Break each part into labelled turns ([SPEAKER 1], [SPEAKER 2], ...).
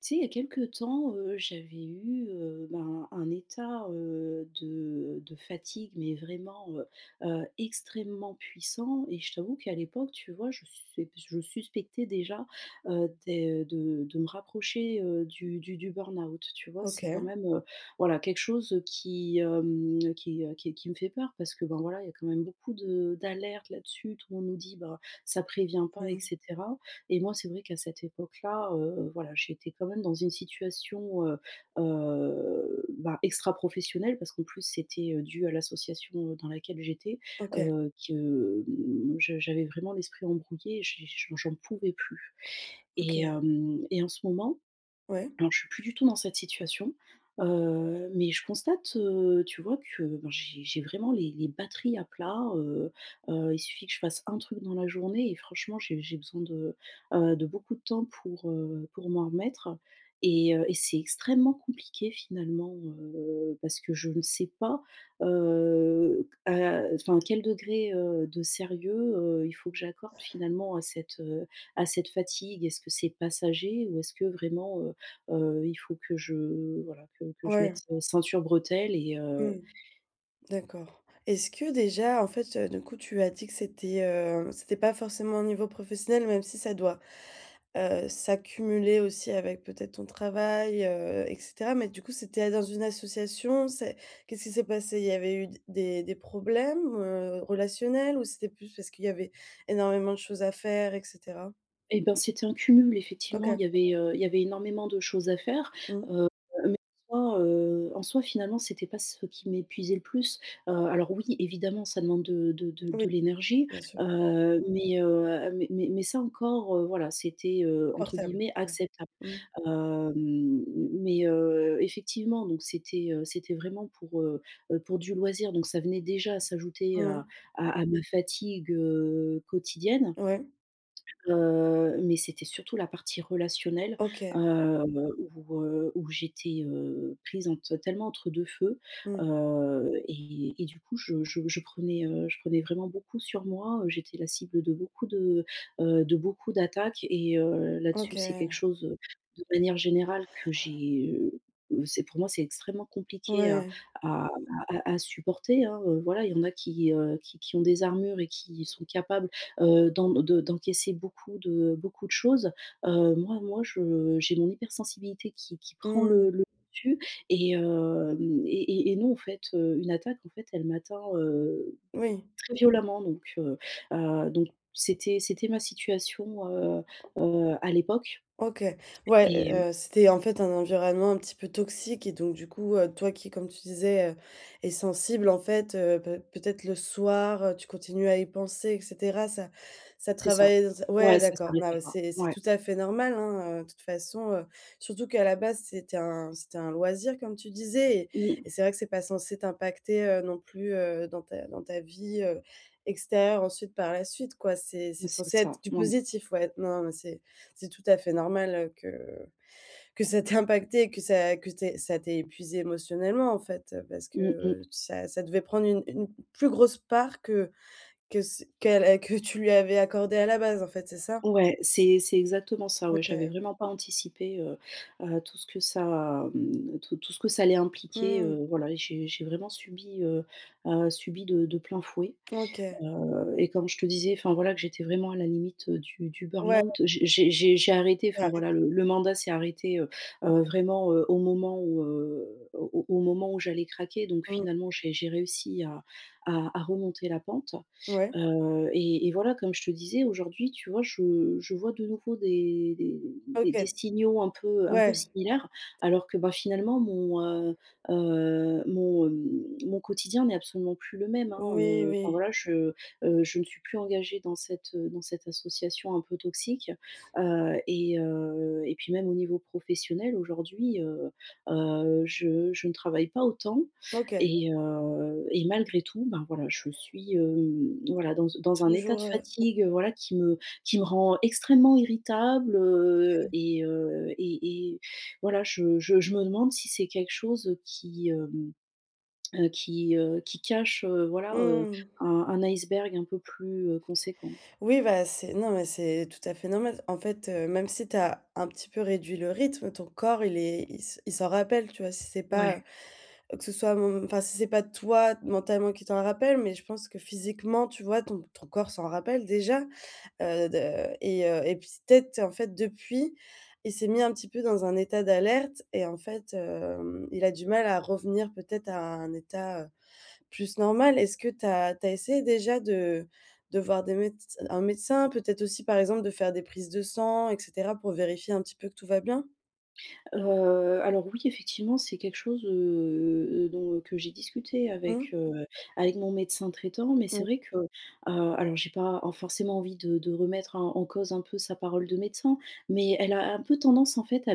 [SPEAKER 1] Tu sais, il y a quelques temps, j'avais eu, un état, de fatigue, mais vraiment, extrêmement puissant, et je t'avoue qu'à l'époque, tu vois, je suspectais déjà, des de me rapprocher, du burn-out, tu vois?
[SPEAKER 2] OK.
[SPEAKER 1] C'est quand même, voilà, quelque chose qui, hem, qui me fait peur parce que, ben, voilà, il y a quand même beaucoup de d'alertes là-dessus. Tout le monde nous dit: «Bah, ça prévient pas»,
[SPEAKER 2] Mmh.
[SPEAKER 1] etc. Et moi, c'est vrai qu'à cette époque-là, voilà, j'étais quand même dans une situation, bah, extra-professionnelle, parce qu'en plus c'était, dû à l'association, dans laquelle j'étais,
[SPEAKER 2] OK,
[SPEAKER 1] que, je j'avais vraiment l'esprit embrouillé, j'en pouvais plus. Et
[SPEAKER 2] OK.
[SPEAKER 1] hem et en ce moment,
[SPEAKER 2] Ouais.
[SPEAKER 1] alors, je suis plus du tout dans cette situation, mais je constate, tu vois, que, ben, j'ai vraiment les batteries à plat. Il suffit que je fasse un truc dans la journée et franchement j'ai besoin de beaucoup de temps pour m'en remettre, et c'est extrêmement compliqué finalement, parce que je ne sais pas, à, enfin, quel degré, de sérieux, il faut que j'accorde finalement à cette fatigue. Est-ce que c'est passager, ou est-ce que vraiment, il faut que je... voilà, que je mette,
[SPEAKER 2] Ouais.
[SPEAKER 1] ceinture, bretelles et heu
[SPEAKER 2] Mmh. D'accord. Est-ce que déjà, en fait, du coup, tu as dit que c'était, c'était pas forcément au niveau professionnel, même si ça doit, s'accumuler aussi avec peut-être ton travail, et cetera. Mais du coup, c'était dans une association, c'est qu'est-ce qui s'est passé? Il y avait eu d des problèmes, relationnels ou c'était plus parce qu'il y avait énormément de choses à faire et cetera?
[SPEAKER 1] et ben, c'était un cumul effectivement. Il
[SPEAKER 2] OK.
[SPEAKER 1] y avait, heu, il y avait énormément de choses à faire,
[SPEAKER 2] Mmh.
[SPEAKER 1] heu, mais en soi, finalement, c'était pas ce qui m'épuisait le plus. Alors oui, évidemment, ça demande de de de
[SPEAKER 2] Oui,
[SPEAKER 1] de l'énergie,
[SPEAKER 2] bien sûr,
[SPEAKER 1] mais ça encore, voilà, c'était, entre
[SPEAKER 2] supportable.
[SPEAKER 1] guillemets,
[SPEAKER 2] Ouais.
[SPEAKER 1] «acceptable».
[SPEAKER 2] Mmh.
[SPEAKER 1] Hem, mais, effectivement, donc c'était, pour du loisir. Donc ça venait déjà s'ajouter
[SPEAKER 2] Mmh.
[SPEAKER 1] à ma fatigue, quotidienne.
[SPEAKER 2] Ouais.
[SPEAKER 1] Mais c'était surtout la partie relationnelle,
[SPEAKER 2] OK.
[SPEAKER 1] où j'étais, prise entre, tellement, entre 2 feux,
[SPEAKER 2] Mmh.
[SPEAKER 1] et du coup, je prenais vraiment beaucoup sur moi. J'étais la cible de beaucoup de beaucoup d'attaques, et là-dessus, c'est quelque
[SPEAKER 2] OK.
[SPEAKER 1] chose, de manière générale, que j'ai... c'est, pour moi, c'est extrêmement compliqué à
[SPEAKER 2] Ouais.
[SPEAKER 1] à supporter, hein, voilà. Il y en a qui ont des armures et qui sont capables, d'encaisser beaucoup de choses. Moi, je j'ai mon hypersensibilité, qui prend
[SPEAKER 2] Mmh.
[SPEAKER 1] le dessus, et hem et et non, en fait, une attaque, en fait, elle m'atteint,
[SPEAKER 2] Oui.
[SPEAKER 1] très violemment, donc, donc c'était ma situation, à l'époque
[SPEAKER 2] OK. Ouais,
[SPEAKER 1] et euh,
[SPEAKER 2] c'était en fait un environnement un petit peu toxique et donc du coup, toi qui comme tu disais, est sensible en fait, peut-être le soir, tu continues à y penser et cetera. Ça ça
[SPEAKER 1] c'est ça.
[SPEAKER 2] travaille dans ta, ouais,
[SPEAKER 1] Ouais, ça
[SPEAKER 2] d'accord. Non
[SPEAKER 1] s'arrêtait
[SPEAKER 2] mais
[SPEAKER 1] pas.
[SPEAKER 2] c'est
[SPEAKER 1] Ouais.
[SPEAKER 2] tout à fait normal, hein, de toute façon, surtout qu'à la base c'était un loisir comme tu disais
[SPEAKER 1] Mmh.
[SPEAKER 2] et c'est vrai que c'est pas censé t'impacter, non plus, dans ta vie, extérieure ensuite par la suite quoi. C'est
[SPEAKER 1] C'est
[SPEAKER 2] censé être
[SPEAKER 1] ça.
[SPEAKER 2] du
[SPEAKER 1] Ouais.
[SPEAKER 2] positif, ouais. Non, mais c'est tout à fait normal, que ça t'ait impacté, que ça que t'aies ça t'ait épuisé émotionnellement, en fait, parce
[SPEAKER 1] Mmh mh.
[SPEAKER 2] que ça ça devait prendre une plus grosse part que ce qu'elle que tu lui avais accordé à la base, en fait, c'est ça?
[SPEAKER 1] Ouais, c'est exactement ça, ouais. J'avais
[SPEAKER 2] OK.
[SPEAKER 1] vraiment pas anticipé, tout ce que ça, tout ce que ça allait impliquer.
[SPEAKER 2] Mmh.
[SPEAKER 1] Voilà, j'ai vraiment subi de plein fouet,
[SPEAKER 2] OK.
[SPEAKER 1] et comme je te disais, enfin, voilà, que j'étais vraiment à la limite, du
[SPEAKER 2] Ouais,
[SPEAKER 1] burn-out. J'ai arrêté,
[SPEAKER 2] tu
[SPEAKER 1] enfin, voilà,
[SPEAKER 2] arrêté.
[SPEAKER 1] le mandat s'est arrêté, vraiment, au moment où j'allais craquer. Donc
[SPEAKER 2] Mmh.
[SPEAKER 1] finalement j'ai réussi à remonter la pente.
[SPEAKER 2] Ouais.
[SPEAKER 1] Et voilà, comme je te disais, aujourd'hui, tu vois, je vois de nouveau des
[SPEAKER 2] OK.
[SPEAKER 1] signaux un peu
[SPEAKER 2] Ouais.
[SPEAKER 1] similaires, alors que, bah, finalement, mon quotidien n'est absolument plus le même, hein,
[SPEAKER 2] Oui,
[SPEAKER 1] enfin,
[SPEAKER 2] oui.
[SPEAKER 1] voilà, je ne suis plus engagée dans cette association un peu toxique. Et puis, même au niveau professionnel, aujourd'hui, je ne travaille pas autant,
[SPEAKER 2] OK.
[SPEAKER 1] et malgré tout, ben, voilà, je suis, voilà, dans un état
[SPEAKER 2] Toujours,
[SPEAKER 1] de fatigue, voilà, qui me rend extrêmement irritable, et voilà, je me demande si c'est quelque chose qui cache, voilà,
[SPEAKER 2] mmh.
[SPEAKER 1] un iceberg un peu plus, conséquent.
[SPEAKER 2] Oui, bah, c'est, non, mais c'est tout à fait normal. En fait, même si tu as un petit peu réduit le rythme, ton corps, il s'en rappelle, tu vois? Si c'est pas,
[SPEAKER 1] Ouais.
[SPEAKER 2] que ce soit mmh, enfin, si c'est pas toi mentalement qui t'en rappelle, mais je pense que physiquement, tu vois, ton ton corps s'en rappelle déjà, de et puis peut-être, en fait, depuis, il s'est mis un petit peu dans un état d'alerte et en fait, il a du mal à revenir peut-être à un état, plus normal. Est-ce que tu as essayé déjà de voir des médec un médecin? Peut-être aussi, par exemple, de faire des prises de sang et cetera pour vérifier un petit peu que tout va bien?
[SPEAKER 1] Alors oui, effectivement, c'est quelque chose, dont... que j'ai discuté avec,
[SPEAKER 2] Mmh,
[SPEAKER 1] avec mon médecin traitant, mais c'est
[SPEAKER 2] mmh.
[SPEAKER 1] vrai que, alors, j'ai pas en forcément envie de remettre en cause un peu sa parole de médecin, mais elle a un peu tendance, en fait, à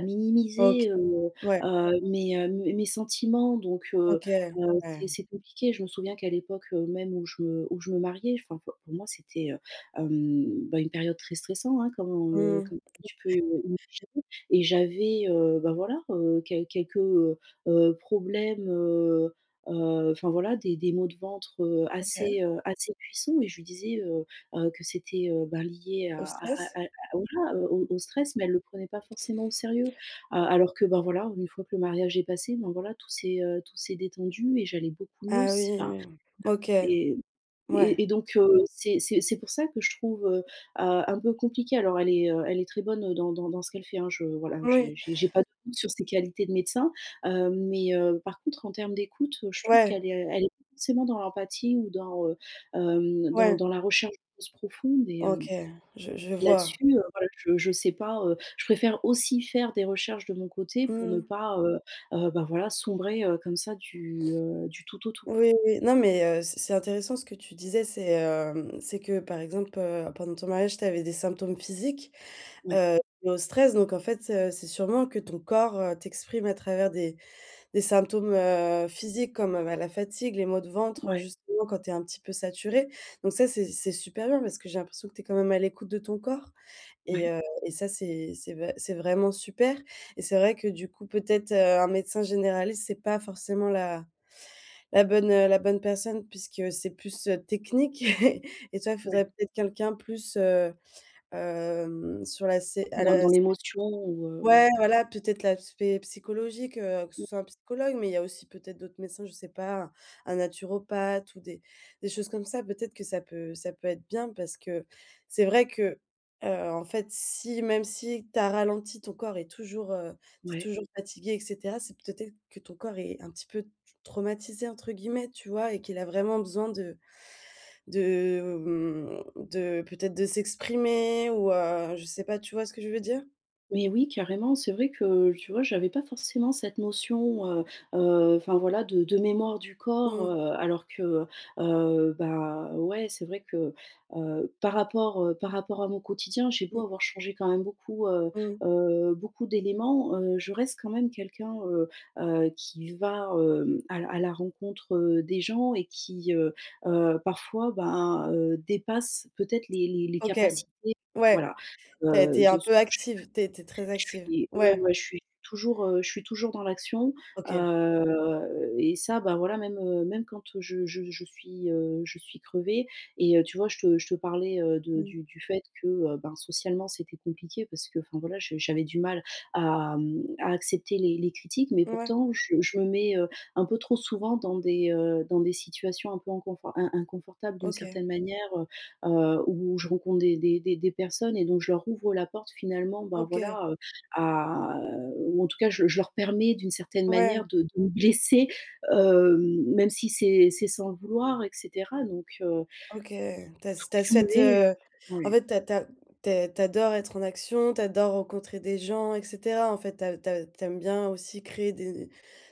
[SPEAKER 2] OK.
[SPEAKER 1] minimiser,
[SPEAKER 2] Ouais,
[SPEAKER 1] mes sentiments. Donc,
[SPEAKER 2] OK, ouais.
[SPEAKER 1] c'est compliqué. Je me souviens qu'à l'époque, même, où je me mariais, enfin, pour moi c'était, bah, une période très stressante, hein, comme, heu,
[SPEAKER 2] Mmh,
[SPEAKER 1] comme tu peux, imaginer, et j'avais, bah, voilà, quelques, problèmes, enfin, voilà, des maux de ventre, assez,
[SPEAKER 2] OK.
[SPEAKER 1] heu, assez puissants, et je lui disais, que c'était, bah, lié
[SPEAKER 2] Au stress?
[SPEAKER 1] à voilà, au stress, mais elle le prenait pas forcément au sérieux. A Alors que, ben, voilà, une fois que le mariage est passé, ben, voilà, tout s'est détendu et j'allais beaucoup mieux.
[SPEAKER 2] Ah oui,
[SPEAKER 1] C'est, enfin...
[SPEAKER 2] oui. OK,
[SPEAKER 1] et
[SPEAKER 2] ouais.
[SPEAKER 1] et donc, c'est pour ça que je trouve, un peu compliqué. Alors, elle est très bonne, dans ce qu'elle fait, hein, je... voilà,
[SPEAKER 2] Oui,
[SPEAKER 1] j'ai pas de doute sur ses qualités de médecin, mais, par contre, en termes d'écoute, je trouve
[SPEAKER 2] ouais,
[SPEAKER 1] qu'elle est pas forcément dans l'empathie, ou dans, hem, dans
[SPEAKER 2] ouais.
[SPEAKER 1] dans la recherche de causes profondes, et hem
[SPEAKER 2] OK, je
[SPEAKER 1] et
[SPEAKER 2] vois.
[SPEAKER 1] là-dessus, voilà, je sais pas, je préfère aussi faire des recherches de mon côté pour ne
[SPEAKER 2] Mmh.
[SPEAKER 1] pas, bah, voilà, sombrer, comme ça, du tout au tout.
[SPEAKER 2] Oui, oui. Non, mais c'est intéressant ce que tu disais, c'est, c'est que, par exemple, pendant ton mariage, tu avais des symptômes physiques,
[SPEAKER 1] Ouais,
[SPEAKER 2] Lié au stress. Donc en fait, c'est sûrement que ton corps, t'exprime à travers des symptômes, physiques comme, bah, la fatigue, les maux de ventre,
[SPEAKER 1] ouais,
[SPEAKER 2] justement quand tu es un petit peu saturé. Donc ça, c'est super bien parce que j'ai l'impression que tu es quand même à l'écoute de ton corps
[SPEAKER 1] ouais,
[SPEAKER 2] et ça, c'est v c'est vraiment super, et c'est vrai que du coup, peut-être, un médecin généraliste, c'est pas forcément la bonne, la bonne personne puisque c'est plus, technique et toi, il
[SPEAKER 1] ouais.
[SPEAKER 2] faudrait peut-être quelqu'un plus, sur la sé à la.
[SPEAKER 1] Dans l'émotion, ou,
[SPEAKER 2] Ouais,
[SPEAKER 1] ouais.
[SPEAKER 2] voilà, peut-être l'aspect psychologique, que ce
[SPEAKER 1] Mmh,
[SPEAKER 2] soit un psychologue, mais il y a aussi peut-être d'autres médecins, je sais pas, un naturopathe ou des choses comme ça. Peut-être que ça peut être bien parce que c'est vrai que, en fait, si même si tu as ralenti, ton corps est toujours, tu
[SPEAKER 1] ouais.
[SPEAKER 2] toujours fatigué et cetera, c'est peut-être que ton corps est un petit peu «traumatisé» entre guillemets, tu vois? Et qu'il a vraiment besoin de, mmh, de peut-être de s'exprimer ou, je sais pas, tu vois ce que je veux dire?
[SPEAKER 1] Mais oui, carrément. C'est vrai que, tu vois, j'avais pas forcément cette notion, enfin, voilà, de mémoire du corps,
[SPEAKER 2] Mmh.
[SPEAKER 1] alors que, bah, ouais, c'est vrai que, par rapport à mon quotidien, j'ai beau
[SPEAKER 2] Mmh.
[SPEAKER 1] avoir changé quand même beaucoup,
[SPEAKER 2] Mmh.
[SPEAKER 1] beaucoup d'éléments, je reste quand même quelqu'un, qui va, à la rencontre, des gens, et qui, parfois, ben, dépasse peut-être les
[SPEAKER 2] OK,
[SPEAKER 1] capacités,
[SPEAKER 2] ouais,
[SPEAKER 1] voilà,
[SPEAKER 2] tu as été un
[SPEAKER 1] de ce que
[SPEAKER 2] peu
[SPEAKER 1] je...
[SPEAKER 2] active, tu es très
[SPEAKER 1] je
[SPEAKER 2] active.
[SPEAKER 1] suis... ouais,
[SPEAKER 2] Ouais,
[SPEAKER 1] ouais, je suis, toujours, je suis toujours dans l'action,
[SPEAKER 2] OK.
[SPEAKER 1] et ça, bah, voilà, même quand je suis crevée, et tu vois, je te parlais, de
[SPEAKER 2] Mmh.
[SPEAKER 1] du fait que, ben, socialement, c'était compliqué parce que, enfin, voilà, je j'avais du mal à accepter les critiques, mais
[SPEAKER 2] Ouais,
[SPEAKER 1] pourtant je me mets, un peu trop souvent dans des, situations un peu inconfortables d'une
[SPEAKER 2] OK,
[SPEAKER 1] certaine manière, où je rencontre des personnes, et donc je leur ouvre la porte finalement, ben,
[SPEAKER 2] OK,
[SPEAKER 1] voilà, à ou, en tout cas, je leur permets d'une certaine
[SPEAKER 2] ouais,
[SPEAKER 1] manière de me blesser, même si c'est sans le vouloir, et cetera. Donc,
[SPEAKER 2] OK. Tu as cette,
[SPEAKER 1] cumuler,
[SPEAKER 2] en
[SPEAKER 1] ouais.
[SPEAKER 2] fait, tu as tu as tu es tu adores être en action, tu adores rencontrer des gens et cetera. En fait, tu as tu as tu aimes bien aussi créer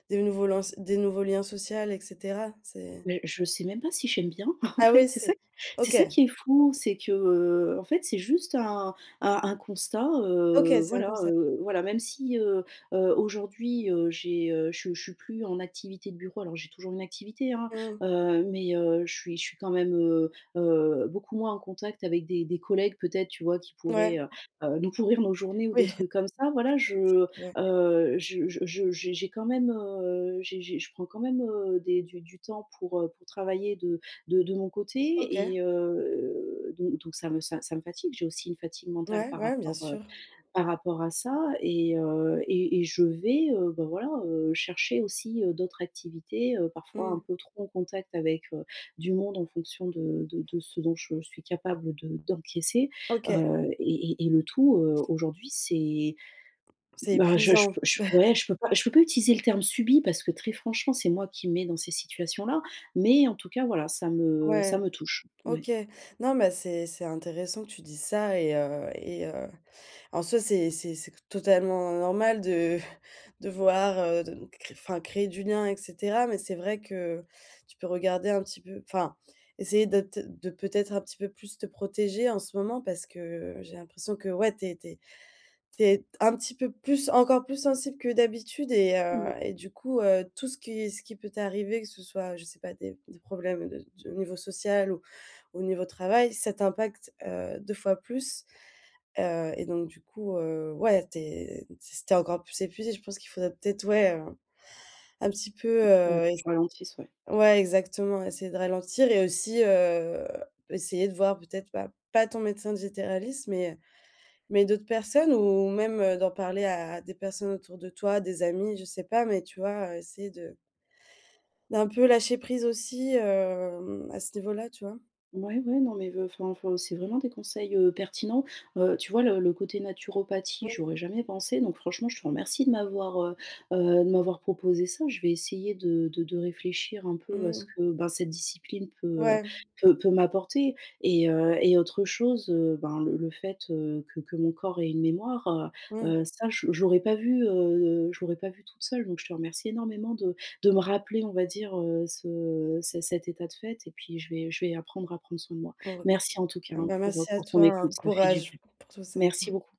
[SPEAKER 2] des nouveaux liens s des nouveaux liens social et cetera. C'est
[SPEAKER 1] Mais je sais même pas si j'aime bien en
[SPEAKER 2] ah oui,
[SPEAKER 1] fait.
[SPEAKER 2] c'est
[SPEAKER 1] C'est
[SPEAKER 2] OK,
[SPEAKER 1] ça qui est fou. C'est que, en fait, c'est juste un constat,
[SPEAKER 2] OK, c'est un
[SPEAKER 1] voilà,
[SPEAKER 2] concept.
[SPEAKER 1] même si, aujourd'hui, je suis plus en activité de bureau. Alors, j'ai toujours une activité, hein,
[SPEAKER 2] Mmh.
[SPEAKER 1] mais, je suis quand même, beaucoup moins en contact avec des collègues peut-être, tu vois, qui
[SPEAKER 2] Ouais,
[SPEAKER 1] pourraient, nous pourrir nos journées, ou des
[SPEAKER 2] oui,
[SPEAKER 1] trucs comme ça. Voilà.
[SPEAKER 2] ouais.
[SPEAKER 1] Je J'ai quand même, j'ai je prends quand même, des du temps pour travailler de mon côté,
[SPEAKER 2] OK.
[SPEAKER 1] et donc, ça me fatigue. J'ai aussi une fatigue mentale
[SPEAKER 2] Ouais,
[SPEAKER 1] par
[SPEAKER 2] ouais, bien
[SPEAKER 1] rapport, heu,
[SPEAKER 2] sûr.
[SPEAKER 1] par rapport à ça, et je vais, bah, voilà, chercher aussi, d'autres activités, parfois un
[SPEAKER 2] Mmh.
[SPEAKER 1] peu trop en contact avec, du monde, en fonction de ce dont je suis capable de d'encaisser,
[SPEAKER 2] OK,
[SPEAKER 1] et le tout, aujourd'hui, c'est...
[SPEAKER 2] c'est
[SPEAKER 1] bah, je
[SPEAKER 2] épuisant.
[SPEAKER 1] peux je ouais, je peux pas utiliser le terme subi, parce que très franchement, c'est moi qui me mets dans ces situations-là. Mais, en tout cas, voilà, ça me
[SPEAKER 2] Ouais.
[SPEAKER 1] touche. Ouais.
[SPEAKER 2] OK. Non, mais c'est intéressant que tu dis ça et en soi, c'est totalement normal de de voir de cré enfin, créer du lien et cetera, mais c'est vrai que tu peux regarder un petit peu, enfin, essayer de te de peut-être un petit peu plus te protéger en ce moment parce que j'ai l'impression que, ouais, t'es es c'est un petit peu plus encore plus sensible que d'habitude
[SPEAKER 1] Mmh.
[SPEAKER 2] et du coup, tout ce qui peut t'arriver, que ce soit, je sais pas, des problèmes de au niveau social ou au niveau travail, ça t'impacte, 2 fois plus, et donc du coup, ouais, tu es encore plus épuisée. Je pense qu'il faudrait peut-être, ouais, un petit peu,
[SPEAKER 1] Ouais, que
[SPEAKER 2] ess
[SPEAKER 1] je ralentisse, ouais.
[SPEAKER 2] ouais, exactement, essayer de ralentir et aussi, essayer de voir peut-être, bah, pas ton médecin généraliste, mais d'autres personnes ou même, d'en parler à des personnes autour de toi, des amis, je sais pas, mais tu vois, essayer de d'un peu lâcher prise aussi, à ce niveau-là, tu vois?
[SPEAKER 1] Ouais, ouais, non, mais, enfin, c'est vraiment des conseils, pertinents. Tu vois, le côté naturopathie,
[SPEAKER 2] Mmh,
[SPEAKER 1] j'aurais jamais pensé. Donc franchement, je te remercie de m'avoir, proposé ça. Je vais essayer de réfléchir un peu à ce
[SPEAKER 2] mmh,
[SPEAKER 1] que, ben, cette discipline peut,
[SPEAKER 2] ouais,
[SPEAKER 1] peut m'apporter, et autre chose, ben, le fait, que mon corps ait une mémoire,
[SPEAKER 2] mmh.
[SPEAKER 1] ça, je l'aurais pas vu, je l'aurais pas vu toute seule. Donc je te remercie énormément de me rappeler, on va dire, ce ce cet état de fait, et puis je vais apprendre à prendre soin de moi.
[SPEAKER 2] Oh,
[SPEAKER 1] Merci en tout cas,
[SPEAKER 2] ah
[SPEAKER 1] hein,
[SPEAKER 2] bah,
[SPEAKER 1] pour,
[SPEAKER 2] merci à
[SPEAKER 1] ton
[SPEAKER 2] toi, hein,
[SPEAKER 1] écoute, ça fait du
[SPEAKER 2] courage
[SPEAKER 1] bien.
[SPEAKER 2] pour tout ça.
[SPEAKER 1] Merci beaucoup.